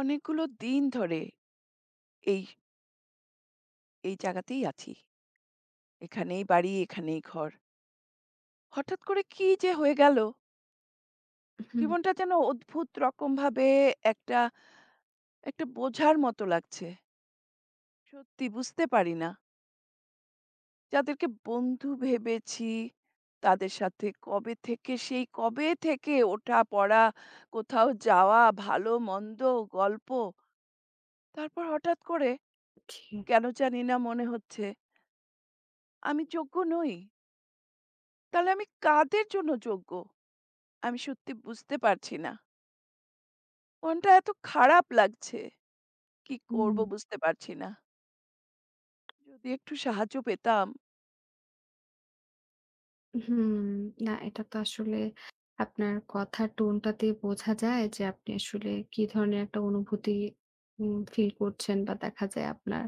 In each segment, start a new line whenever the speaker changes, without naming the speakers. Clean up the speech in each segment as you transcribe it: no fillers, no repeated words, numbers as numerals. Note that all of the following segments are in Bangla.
অনেকগুলো দিন ধরে এই, এই জায়গাতেই আছি। এখানেই বাড়ি, এখানেই ঘর। হঠাৎ করে কি যে হয়ে গেল!
হুম,
জীবনটা যেন অদ্ভুত রকমভাবে একটা, একটা বোঝার মতো লাগছে। সত্যি বুঝতে পারি না। যাদেরকে বন্ধু ভেবেছি, তাদের সাথে কবে থেকে, সেই কবে থেকে ওঠা-পড়া, কোথাও যাওয়া, ভালো-মন্দ, গল্প। তারপর হঠাৎ করে
জি,
কেন জানি না মনে হচ্ছে আমি যোগ্য নই। তাহলে আমি কাদের জন্য যোগ্য? আমি সত্যি বুঝতে পারছি না। মনটা এত খারাপ লাগছে। কি করব
হুম,
বুঝতে পারছি না। যদি একটু সাহায্য পেতাম।
হুম। এটা তো আসলে আপনার কথার টোনটাতেই বোঝা যায় যে আপনি আসলে কি ধরনের একটা অনুভূতি ফিল করছেন বা দেখা যায় আপনার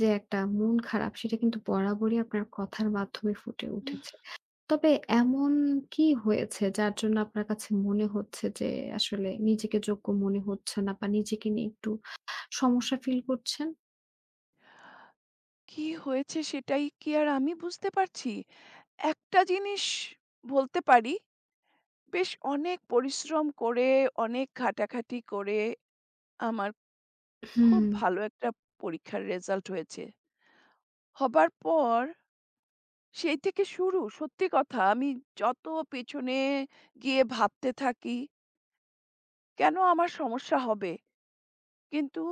যে একটা মন খারাপ সেটা কিন্তু বরাবরই আপনার কথার মাধ্যমে ফুটে
উহ
উঠেছে। তবে এমন কি হয়েছে যার জন্য আপনার কাছে মনে হচ্ছে যে আসলে নিজেকে যোগ্য মনে হচ্ছে না বা নিজেকে নিয়ে একটু সমস্যা ফিল করছেন?
কি হয়েছে সেটাই কি আর আমি বুঝতে পারছি? একটা জিনিস বলতে পারি, বেশ অনেক পরিশ্রম করে, অনেক ঘাটাঘাটি করে আমার খুব
হুম,
ভালো একটা পরীক্ষার রেজাল্ট হয়েছে। হবার পর সেই থেকে শুরু সত্যি কথা আমি যত পেছনে গিয়ে ভাবতে থাকি, কেন আমার সমস্যা হবে? কিন্তু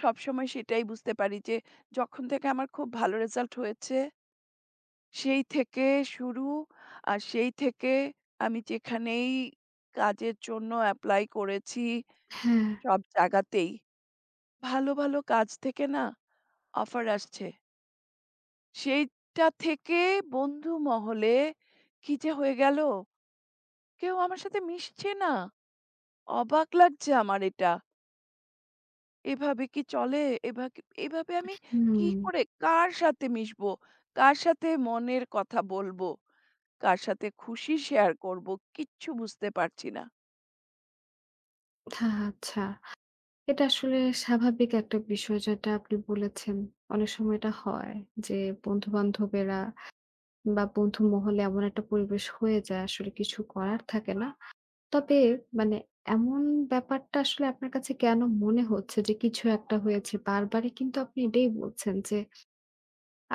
সবসময় সেটাই বুঝতে পারি যে যখন থেকে আমার খুব ভালো রেজাল্ট হয়েছে, সেই থেকে শুরু আর সেই থেকে আমি যেখানেই কাজের জন্য এপ্লাই করেছি
হ্যাঁ,
সব জায়গাতেই ভালো, ভালো কাজ থেকে না অফার আসছে। সেইটা থেকে বন্ধু মহলে কি যে হয়ে গেল? কেউ আমার সাথে মিশছে না। অবাক লাগছে আমার এটা। এভাবে কি চলে? এভা এভাবে আমি কি
হুম,
করে কার সাথে মিশবো? কার সাথে মনের কথা বলবো? কার সাথে খুশি শেয়ার করব? কিচ্ছু বুঝতে পারছি না।
আচ্ছা। এটা আসলে স্বাভাবিক একটা বিষয় যেটা আপনি বলেছেন। অনেক সময় এটা হয় যে বন্ধু-বান্ধবেরা বা বন্ধু মহলে এমন একটা পরিবেশ হয়ে যায় আসলে কিছু করার থাকে না। তবে মানে এমন ব্যাপারটা আসলে আপনার কাছে কেন মনে হচ্ছে যে কিছু একটা হয়েছে? বারবারই কিন্তু আপনি এটাই বলছেন যে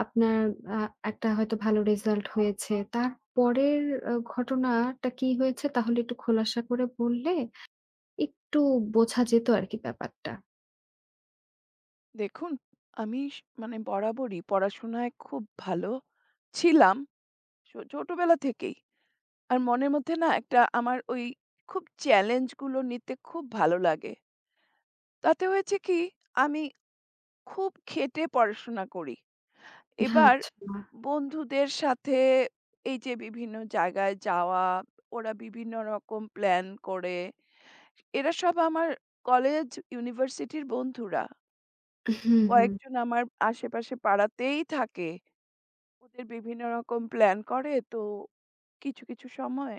আপনার আ একটা হয়তো ভালো রেজাল্ট হয়েছে। তারপরের ঘটনাটা কি হয়েছে তাহলে একটু খোলাসা করে বললে একটু বোঝা যেত আরকি ব্যাপারটা।
দেখুন, আমি মানে বরাবরই পড়াশোনায় খুব ভালো ছিলাম ছোটবেলা থেকেই। আর মনের মধ্যে না একটা আমার ওই খুব চ্যালেঞ্জগুলো নিতে খুব ভালো লাগে। তাতে হয়েছে কি আমি খুব খেটে পড়াশোনা করি। এবার
আচ্ছা।
বন্ধুদের সাথে এই যে বিভিন্ন জায়গায় যাওয়া, ওরা বিভিন্ন রকম প্ল্যান করে। এরা সব আমার কলেজ, ইউনিভার্সিটির বন্ধুরা।
হুম, হুম।
কয়েকজন আমার আশেপাশে পাড়াতেই থাকে। ওদের বিভিন্ন রকম প্ল্যান করে। তো কিছু, কিছু সময়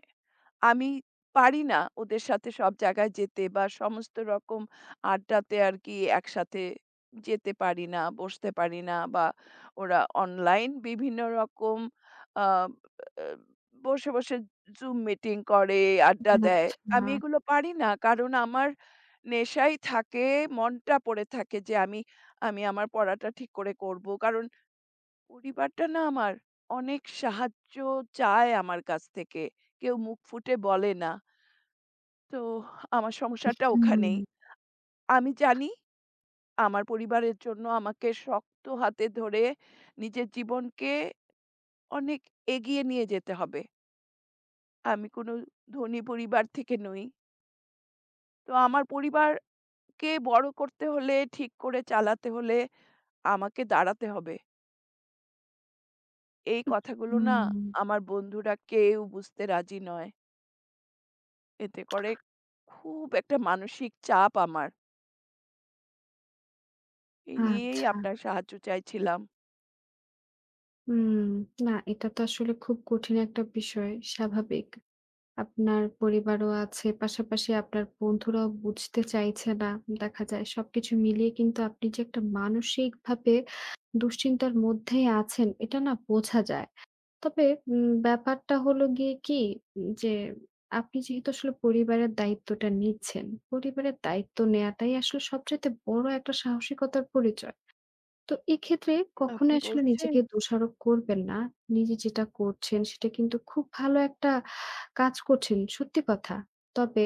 আমি পারি না ওদের সাথে সব জায়গায় যেতে বা সমস্ত রকম আড্ডাতে আর কি একসাথে যেতে পারি না, বসতে পারি না বা ওরা অনলাইন বিভিন্ন রকম আ আ বসে, বসে Zoom মিটিং করে, আড্ডা দেয়।
আচ্ছা।
আমি এগুলো পারি না। কারণ আমার নেশাই থাকে, মনটা পড়ে থাকে যে আমি আমি আমার পড়াটা ঠিক করে করব। কারণ পরিবারটা না আমার অনেক সাহায্য চায় আমার কাছ থেকে। কেউ মুখ ফুটে বলে না। তো আমার
হুম,
সমস্যাটা ওখানেই।
আচ্ছা,
আমি জানি আমার পরিবারের জন্য আমাকে শক্ত হাতে ধরে নিজের জীবনকে অনেক এগিয়ে নিয়ে যেতে হবে। আমি কোনো ধনী পরিবার থেকে নই। তো আমার পরিবারকে বড় করতে হলে, ঠিক করে চালাতে হলে আমাকে দাঁড়াতে হবে। এই কথাগুলো না
হুম।
আমার বন্ধুরা কেউ বুঝতে রাজি নয়। এতে করে খুব একটা মানসিক চাপ আমার। এই নিয়েই
আচ্ছা।
আপনার সাহায্য চাইছিলাম।
হুম। এটা তো আসলে খুব কঠিন একটা বিষয়। স্বাভাবিক। আপনার পরিবারও আছে। পাশাপাশি আপনার বন্ধুরাও বুঝতে চাইছে না। দেখা যায় সবকিছু মিলিয়ে কিন্তু আপনি যে একটা মানসিকভাবে দুশ্চিন্তার মধ্যেই আছেন এটা না বোঝা যায়। তবে ব্যাপারটা হলো গিয়ে কি যে আপনি যেহেতু আসলে পরিবারের দায়িত্বটা নিচ্ছেন, পরিবারের দায়িত্ব নেয়াটাই আসলে সবচাইতে বড় একটা সাহসিকতার পরিচয়। তো এক্ষেত্রে কখনোই
আপনি
আসলে
বলছেন
নিজেকে দোষারোপ করবেন না। নিজে যেটা করছেন সেটা কিন্তু খুব ভালো একটা কাজ করছেন, সত্যি কথা। তবে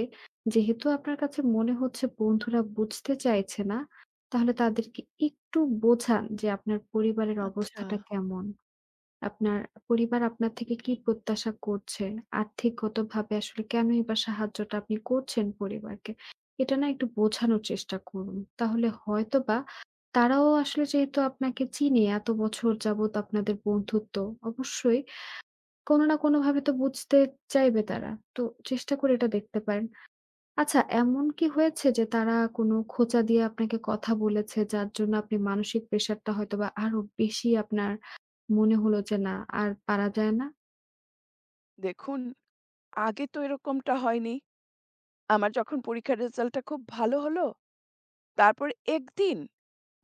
যেহেতু আপনার কাছে মনে হচ্ছে বন্ধুরা বুঝতে চাইছে না, তাহলে তাদেরকে একটু বোঝান যে আপনার পরিবারের
আচ্ছা।
অবস্থাটা কেমন। আপনার পরিবার আপনার থেকে কি প্রত্যাশা করছে? আর্থিকগতভাবে আসলে কেনই বা সাহায্যটা আপনি করছেন পরিবারকে? এটা না একটু বোঝানোর চেষ্টা করুন। তাহলে হয়তোবা তারাও আসলে যেহেতু আপনাকে চিনে এত বছর যাবৎ আপনাদের বন্ধুত্ব, অবশ্যই কোনো না কোনোভাবে তো বুঝতে চাইবে তারা। তো চেষ্টা করে এটা দেখতে পারেন। আচ্ছা এমন কি হয়েছে যে তারা কোনো খোঁচা দিয়ে আপনাকে কথা বলেছে যার জন্য আপনি মানসিক প্রেশারটা হয়তোবা আরো বেশি আপনার মনে হলো যে না আর পারা যায় না।
দেখুন, আগে তো এরকমটা হয়নি। আমার যখন পরীক্ষার রেজাল্টটা খুব ভালো হলো, তারপর একদিন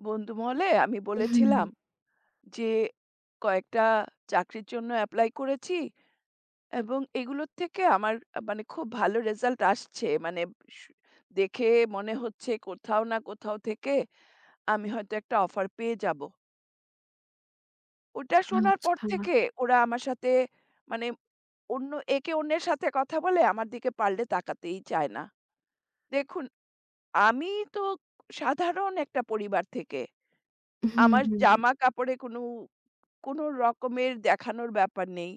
বন্ধু মহলে আমি
হুম।
বলেছিলাম যে, "কয়েকটা চাকরির জন্য এপ্লাই করেছি এবং এগুলোর থেকে আমার মানে খুব ভালো রেজাল্ট আসছে। মানে সু দেখে মনে হচ্ছে কোথাও না কোথাও থেকে আমি হয়তো একটা অফার পেয়ে যাব।" ওটা শোনার পর
আচ্ছা।
থেকে ওরা আমার সাথে মানে অন্য একে অন্যের সাথে কথা বলে আমার দিকে পাল্টে তাকাতেই চায় না। দেখুন, আমি তো সাধারণ একটা পরিবার থেকে।
হুম,
আমার
হুম।
জামা-কাপড়ে কোনো, কোনো রকমের দেখানোর ব্যাপার নেই।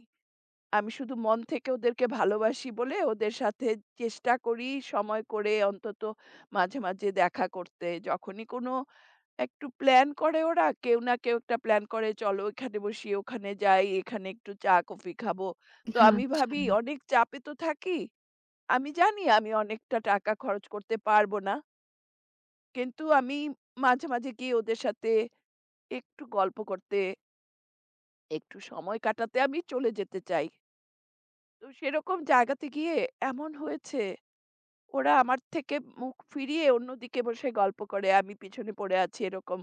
আমি শুধু মন থেকে ওদেরকে ভালোবাসি বলে ওদের সাথে চেষ্টা করি সময় করে অন্তত মাঝে, মাঝে দেখা করতে। যখনই কোনো একটু প্ল্যান করে ওরা। কেউ না কেউ একটা প্ল্যান করে, "চলো এখানে বসি, ওখানে যাই, এখানে একটু চা-কফি খাবো।" তো আমি
আচ্ছা।
ভাবি অনেক চাপে তো থাকি। আমি জানি আমি অনেকটা টাকা খরচ করতে পারবো না। কিন্তু আমি মাঝে, মাঝে গিয়ে ওদের সাথে একটু গল্প করতে, একটু সময় কাটাতে আমি চলে যেতে চাই। তো সেরকম জায়গাতে গিয়ে এমন হয়েছে ওরা আমার থেকে মুখ ফিরিয়ে অন্যদিকে বসে গল্প করে। আমি পিছনে পড়ে আছি এরকম।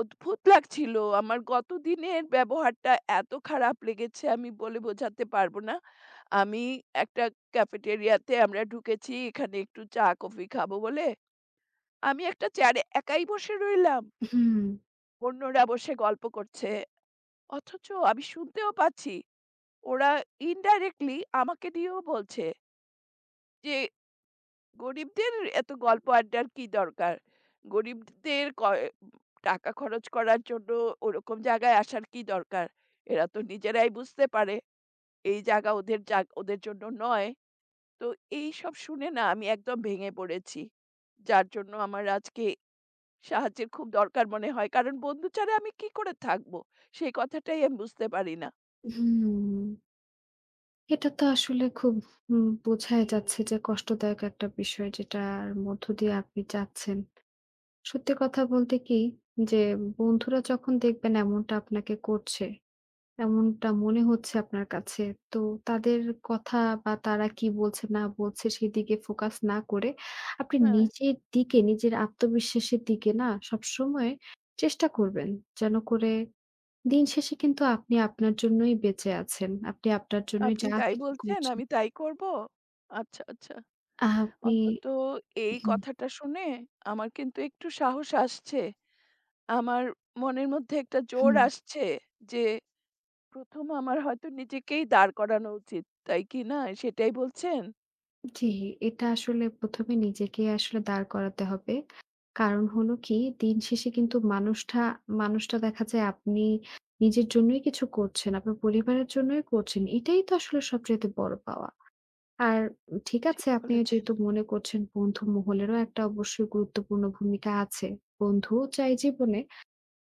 অদ্ভুত লাগছিল। আমার গত দিনের ব্যবহারটা এত খারাপ লেগেছে আমি বলে বোঝাতে পারবো না। আমি একটা ক্যাফেটেরিয়াতে আমরা ঢুকেছি। এখানে একটু চা কফি খাবো বলে। আমি একটা চেয়ারে একাই বসে রইলাম।
হুম,
অন্যরা বসে গল্প করছে। অথচ আমি শুনতেও পাচ্ছি ওরা ইনডাইরেক্টলি আমাকে দিয়েও বলছে যে গরিবদের এত গল্প আড্ডার কি দরকার? গরিবদের কয় টাকা খরচ করার জন্য ওরকম জায়গায় আসার কি দরকার? এরা তো নিজেরাই বুঝতে পারে, এই জায়গা ওদের ওদের জন্য নয়। তো এইসব শুনে না আমি একদম ভেঙে পড়েছি। যার জন্য আমার আজকে সাহায্যের খুব দরকার মনে হয়। কারণ বন্ধু ছাড়া আমি কি করে থাকব? সেই কথাটাই আমি বুঝতে পারি না।
হুম। এটা তো আসলে খুব বোঝাই যাচ্ছে যে কষ্টদায়ক একটা বিষয় যেটার মধ্য দিয়ে আপনি যাচ্ছেন। সত্যি কথা বলতে কি যে বন্ধুরা যখন দেখবেন এমনটা আপনাকে করছে এমনটা মনে হচ্ছে আপনার কাছে। তো তাদের কথা বা তারা কি বলছে না বলছে সেদিকে ফোকাস না করে আপনি
হ্যাঁ,
নিজের দিকে, নিজের আত্মবিশ্বাসের দিকে না সবসময় চেষ্টা করবেন। যেন করে দিন শেষে কিন্তু আপনি আপনার জন্যই বেঁচে আছেন। আপনি আপনার জন্যই
আপনি
যা
তাই
কিছু
বলছেন,
করছেন
আমি তাই করব? আচ্ছা, আচ্ছা।
আপনি
অন্তত এই
হুম,
কথাটা শুনে আমার কিন্তু একটু সাহস আসছে। আমার মনের মধ্যে একটা জোর
হুম।
আসছে যে, ১ম আমার হয়তো নিজেকেই দাঁড় করানো উচিত। তাই কি না? সেটাই বলছেন?
জি, এটা আসলে ১ম এ নিজেকে আসলে দাঁড় করাতে হবে। কারণ হলো কি, দিন শেষে কিন্তু মানুষটা মানুষটা দেখা যায় আপনি নিজের জন্যই কিছু করছেন, আপনার পরিবারের জন্যই করছেন। এটাই তো আসলে সবচাইতে বড় পাওয়া। আর ঠিক
ঠিক
আছে, আপনি
বলেছেন।
যেহেতু মনে করছেন বন্ধু মহলেরও একটা অবশ্যই গুরুত্বপূর্ণ ভূমিকা আছে। বন্ধুও চাই জীবনে।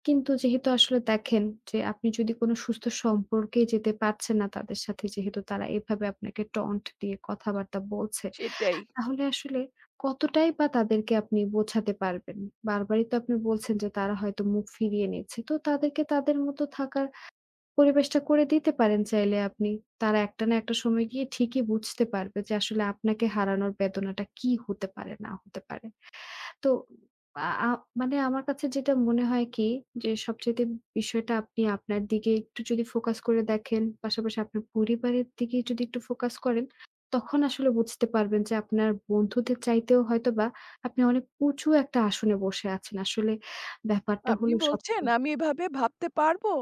কিন্তু যেহেতু আসলে দেখেন যে আপনি যদি কোনো সুস্থ সম্পর্কে যেতে পারছেন না তাদের সাথে যেহেতু তারা এভাবে আপনাকে টন্ট দিয়ে কথাবার্তা বলছে।
সেটাই।
তাহলে আসলে কতটাই বা তাদেরকে আপনি বোঝাতে পারবেন? বারবারই তো আপনি বলছেন যে তারা হয়তো মুখ ফিরিয়ে নিচ্ছে। তো তাদেরকে তাদের মতো থাকার পরিবেশটা করে দিতে পারেন চাইলে আপনি। তারা একটা না একটা সময় গিয়ে ঠিকই বুঝতে পারবে যে আসলে আপনাকে হারানোর বেদনাটা কি হতে পারে, না হতে পারে। তো আ আ মানে আমার কাছে যেটা মনে হয় কি যে সবচাইতে বিষয়টা আপনি আপনার দিকে একটু যদি ফোকাস করে দেখেন, পাশাপাশি আপনার পরিবারের দিকে যদি একটু ফোকাস করেন, তখন আসলে বুঝতে পারবেন যে আপনার বন্ধুদের চাইতেও হয়তোবা আপনি অনেক উঁচু একটা আসনে বসে আছেন। আসলে ব্যাপারটা
আপনি
হলো সব
বলছেন আমি এভাবে ভাবতে পারবো?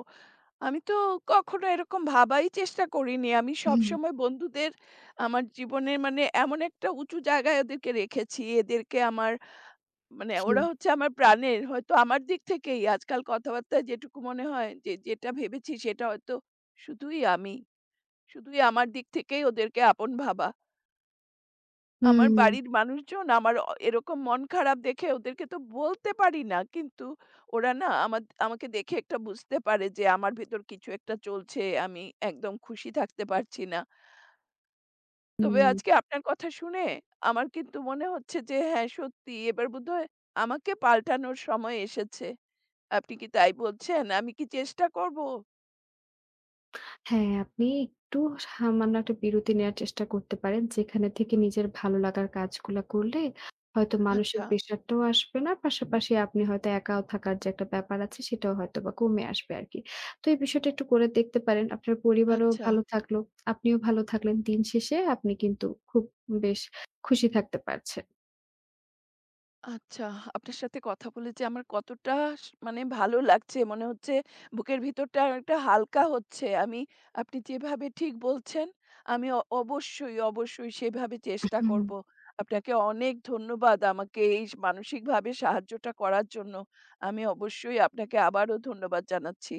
আমি তো কখনো এরকম ভাবাই চেষ্টা করিনি। আমি
হুম,
সবসময় বন্ধুদের আমার জীবনে মানে এমন একটা উঁচু জায়গায় ওদেরকে রেখেছি। এদেরকে আমার মানে
জি।
ওরা হচ্ছে আমার প্রাণের। হয়তো আমার দিক থেকেই আজকাল কথাবার্তায় যেটুকু মনে হয় যে, যেটা ভেবেছি সেটা হয়তো শুধুই আমি। শুধুই আমার দিক থেকেই ওদেরকে আপন ভাবা। আমার
হুম,
বাড়ির মানুষজন আমার এরকম মন খারাপ দেখে ওদেরকে তো বলতে পারি না। কিন্তু ওরা না আমার আমাকে দেখে একটা বুঝতে পারে যে আমার ভেতর কিছু একটা চলছে। আমি একদম খুশি থাকতে পারছি না। তবে
হুম।
আজকে আপনার কথা শুনে আমার কিন্তু মনে হচ্ছে যে হ্যাঁ, সত্যি এবার বোধহয় আমাকে পাল্টানোর সময় এসেছে। আপনি কি তাই বলছেন? আমি কি চেষ্টা করব?
হ্যাঁ, আপনি একটু সামান্য একটা বিরতি নেয়ার চেষ্টা করতে পারেন। যেখানে থেকে নিজের ভালো লাগার কাজগুলা করলে হয়তো মানসিক
আচ্ছা,
প্রেশারটাও আসবে না। পাশাপাশি আপনি হয়তো একাও থাকার যে একটা ব্যাপার আছে সেটাও হয়তোবা কমে আসবে আরকি। তো এই বিষয়টা একটু করে দেখতে পারেন। আপনার পরিবারও
আচ্ছা,
ভালো থাকলো, আপনিও ভালো থাকলেন। দিন শেষে আপনি কিন্তু খুব বেশ খুশি থাকতে পারছেন।
আচ্ছা। আপনার সাথে কথা বলে যে আমার কতটা মানে ভালো লাগছে। মনে হচ্ছে বুকের ভিতরটা একটা হালকা হচ্ছে। আমি আপনি যেভাবে ঠিক বলছেন, আমি অবশ্যই, অবশ্যই সেভাবে চেষ্টা
হুম,
করব। আপনাকে অনেক ধন্যবাদ আমাকে এই মানসিকভাবে সাহায্যটা করার জন্য। আমি অবশ্যই আপনাকে আবারও ধন্যবাদ জানাচ্ছি।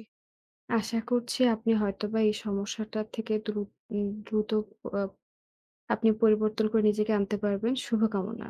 আশা করছি আপনি হয়তোবা এই সমস্যাটা থেকে দ্রুত আ আপনি পরিবর্তন করে নিজেকে আনতে পারবেন। শুভকামনা।